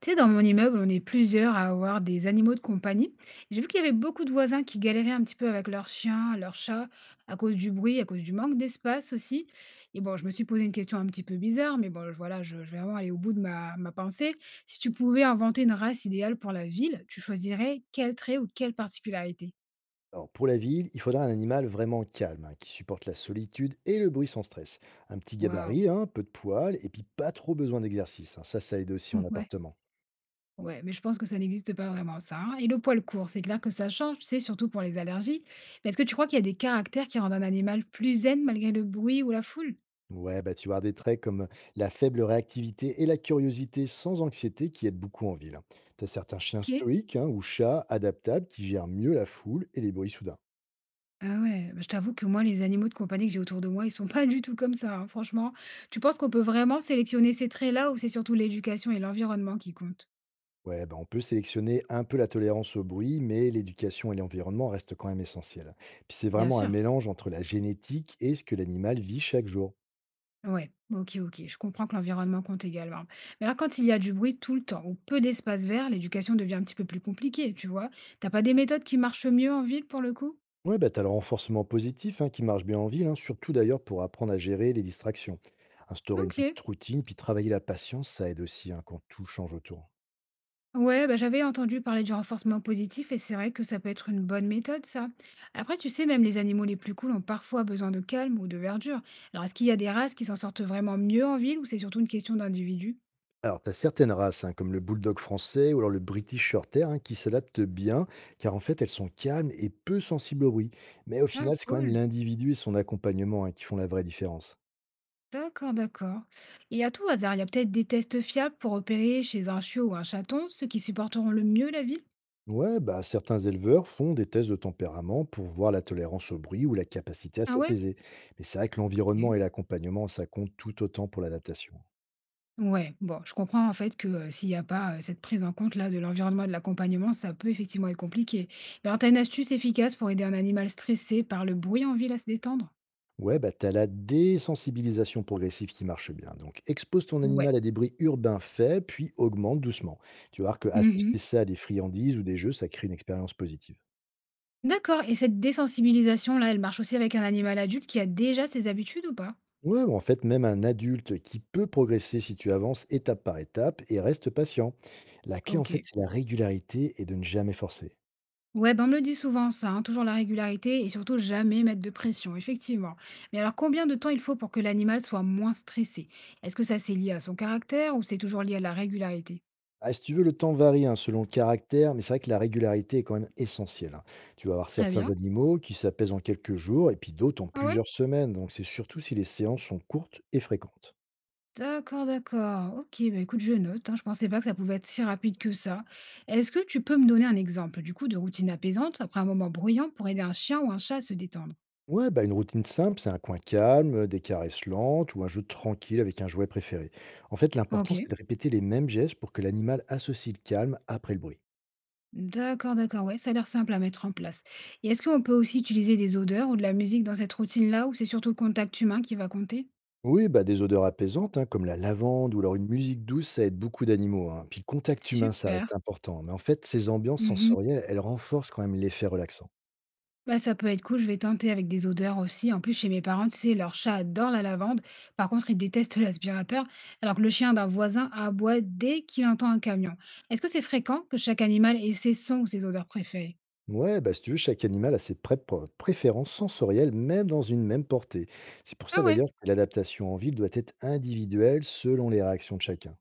Tu sais, dans mon immeuble, on est plusieurs à avoir des animaux de compagnie. J'ai vu qu'il y avait beaucoup de voisins qui galéraient un petit peu avec leurs chiens, leurs chats, à cause du bruit, à cause du manque d'espace aussi. Et bon, je me suis posé une question un petit peu bizarre, mais bon, voilà, je vais vraiment aller au bout de ma pensée. Si tu pouvais inventer une race idéale pour la ville, tu choisirais quel trait ou quelle particularité? Alors, pour la ville, il faudra un animal vraiment calme, hein, qui supporte la solitude et le bruit sans stress. Un petit Waouh! gabarit, hein, peu de poils, et puis pas trop besoin d'exercice, hein. Ça aide aussi en appartement. Ouais, mais je pense que ça n'existe pas vraiment ça, hein. Et le poil court, c'est clair que ça change, c'est surtout pour les allergies. Mais est-ce que tu crois qu'il y a des caractères qui rendent un animal plus zen malgré le bruit ou la foule? Ouais, bah tu vas avoir des traits comme la faible réactivité et la curiosité sans anxiété qui aident beaucoup en ville, hein. T'as certains chiens Ok. stoïques hein, ou chats adaptables qui gèrent mieux la foule et les bruits soudains. Ah ouais, bah je t'avoue que moi, les animaux de compagnie que j'ai autour de moi, ils sont pas du tout comme ça, hein, franchement. Tu penses qu'on peut vraiment sélectionner ces traits-là ou c'est surtout l'éducation et l'environnement qui comptent? Ouais, bah on peut sélectionner un peu la tolérance au bruit, mais l'éducation et l'environnement restent quand même essentiels, hein. Puis c'est Bien vraiment un sûr. mélange entre la génétique et ce que l'animal vit chaque jour. Ouais, ok, ok, je comprends que l'environnement compte également. Mais alors, quand il y a du bruit tout le temps ou peu d'espace vert, l'éducation devient un petit peu plus compliquée, tu vois. T'as pas des méthodes qui marchent mieux en ville pour le coup? Ouais, bah, tu as le renforcement positif hein, qui marche bien en ville, hein, surtout d'ailleurs pour apprendre à gérer les distractions. Instaurer une OK. petite routine, puis travailler la patience, ça aide aussi hein, quand tout change autour. Ouais, bah, j'avais entendu parler du renforcement positif et c'est vrai que ça peut être une bonne méthode, ça. Après, tu sais, même les animaux les plus cools ont parfois besoin de calme ou de verdure. Alors, est-ce qu'il y a des races qui s'en sortent vraiment mieux en ville ou c'est surtout une question d'individu? Alors, tu as certaines races, hein, comme le bulldog français ou alors le British Shorthair, hein, qui s'adaptent bien, car en fait, elles sont calmes et peu sensibles au bruit. Mais au Ah, final, c'est quand même cool. l'individu et son accompagnement hein, qui font la vraie différence. D'accord, d'accord. Et à tout hasard, il y a peut-être des tests fiables pour opérer chez un chiot ou un chaton, ceux qui supporteront le mieux la ville? Ouais, bah, certains éleveurs font des tests de tempérament pour voir la tolérance au bruit ou la capacité à Ah ouais? s'apaiser. Mais c'est vrai que l'environnement Ok. et l'accompagnement, ça compte tout autant pour l'adaptation. Ouais, bon, je comprends en fait que s'il n'y a pas cette prise en compte là de l'environnement et de l'accompagnement, ça peut effectivement être compliqué. Mais alors, tu as une astuce efficace pour aider un animal stressé par le bruit en ville à se détendre? Ouais, bah, t'as la désensibilisation progressive qui marche bien. Donc, expose ton Ouais. animal à des bruits urbains faibles, puis augmente doucement. Tu vas voir que associer Mhm. ça à des friandises ou des jeux, ça crée une expérience positive. D'accord. Et cette désensibilisation là, elle marche aussi avec un animal adulte qui a déjà ses habitudes ou pas? Ouais, bah, en fait, même un adulte qui peut progresser si tu avances étape par étape et reste patient. La clé, en fait, Ok. c'est la régularité et de ne jamais forcer. Ouais, ben on me le dit souvent ça, hein, toujours la régularité et surtout jamais mettre de pression, effectivement. Mais alors combien de temps il faut pour que l'animal soit moins stressé? Est-ce que ça c'est lié à son caractère ou c'est toujours lié à la régularité? Ah, si tu veux, le temps varie hein, selon le caractère, mais c'est vrai que la régularité est quand même essentielle, hein. Tu vas avoir Très certains bien. animaux qui s'apaisent en quelques jours et puis d'autres en Ah ouais? plusieurs semaines. Donc c'est surtout si les séances sont courtes et fréquentes. D'accord, d'accord. OK, bah, écoute, je note, hein. Je pensais pas que ça pouvait être si rapide que ça. Est-ce que tu peux me donner un exemple, du coup, de routine apaisante après un moment bruyant pour aider un chien ou un chat à se détendre? Ouais, bah une routine simple, c'est un coin calme, des caresses lentes ou un jeu tranquille avec un jouet préféré. En fait, l'important, c'est OK. de répéter les mêmes gestes pour que l'animal associe le calme après le bruit. D'accord, d'accord. Ouais, ça a l'air simple à mettre en place. Et est-ce qu'on peut aussi utiliser des odeurs ou de la musique dans cette routine-là, ou c'est surtout le contact humain qui va compter? Oui, bah, des odeurs apaisantes, hein, comme la lavande ou alors une musique douce, ça aide beaucoup d'animaux, hein. Puis le contact humain, ça Super. reste important. Mais en fait, ces ambiances Mhm. sensorielles, elles renforcent quand même l'effet relaxant. Bah, ça peut être cool, je vais tenter avec des odeurs aussi. En plus, chez mes parents, tu sais, leur chat adore la lavande. Par contre, il déteste l'aspirateur, alors que le chien d'un voisin aboie dès qu'il entend un camion. Est-ce que c'est fréquent que chaque animal ait ses sons ou ses odeurs préférées? Ouais, bah, si tu veux, chaque animal a ses préférences sensorielles, même dans une même portée. C'est pour ça Ah ouais. d'ailleurs que l'adaptation en ville doit être individuelle selon les réactions de chacun.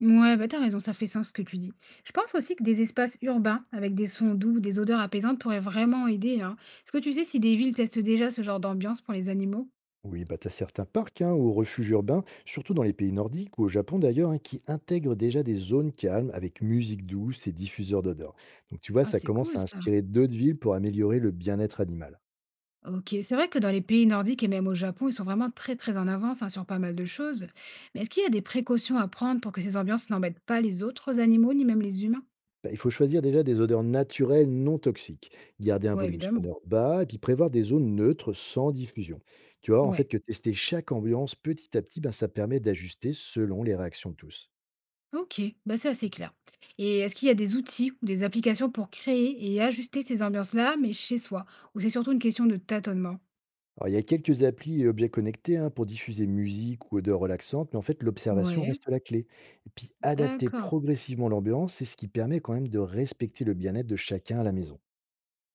Ouais, bah t'as raison, ça fait sens ce que tu dis. Je pense aussi que des espaces urbains avec des sons doux, des odeurs apaisantes pourraient vraiment aider, hein. Est-ce que tu sais si des villes testent déjà ce genre d'ambiance pour les animaux? Oui, bah, tu as certains parcs hein, ou refuges urbains, surtout dans les pays nordiques ou au Japon d'ailleurs, hein, qui intègrent déjà des zones calmes avec musique douce et diffuseurs d'odeurs. Donc tu vois, Ah, ça c'est commence cool à ça. inspirer d'autres villes pour améliorer le bien-être animal. OK, c'est vrai que dans les pays nordiques et même au Japon, ils sont vraiment très très en avance hein, sur pas mal de choses. Mais est-ce qu'il y a des précautions à prendre pour que ces ambiances n'embêtent pas les autres animaux ni même les humains? Bah, il faut choisir déjà des odeurs naturelles non toxiques, garder un Ouais, volume évidemment. sonore bas et puis prévoir des zones neutres sans diffusion. Tu vois, en fait, Ouais. que tester chaque ambiance petit à petit, bah, ça permet d'ajuster selon les réactions de tous. OK, bah c'est assez clair. Et est-ce qu'il y a des outils ou des applications pour créer et ajuster ces ambiances-là, mais chez soi? Ou c'est surtout une question de tâtonnement? Alors, il y a quelques applis et objets connectés hein, pour diffuser musique ou odeurs relaxantes, mais en fait, l'observation Ouais, reste la clé. Et puis, adapter d'accord. progressivement l'ambiance, c'est ce qui permet quand même de respecter le bien-être de chacun à la maison.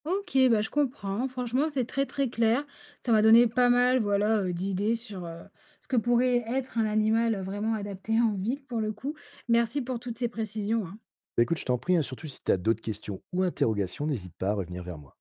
OK, bah, je comprends. Franchement, c'est très, très clair. Ça m'a donné pas mal, voilà, d'idées sur, ce que pourrait être un animal, vraiment adapté en ville, pour le coup. Merci pour toutes ces précisions, hein. Bah, écoute, je t'en prie, hein, surtout si tu as d'autres questions ou interrogations, n'hésite pas à revenir vers moi.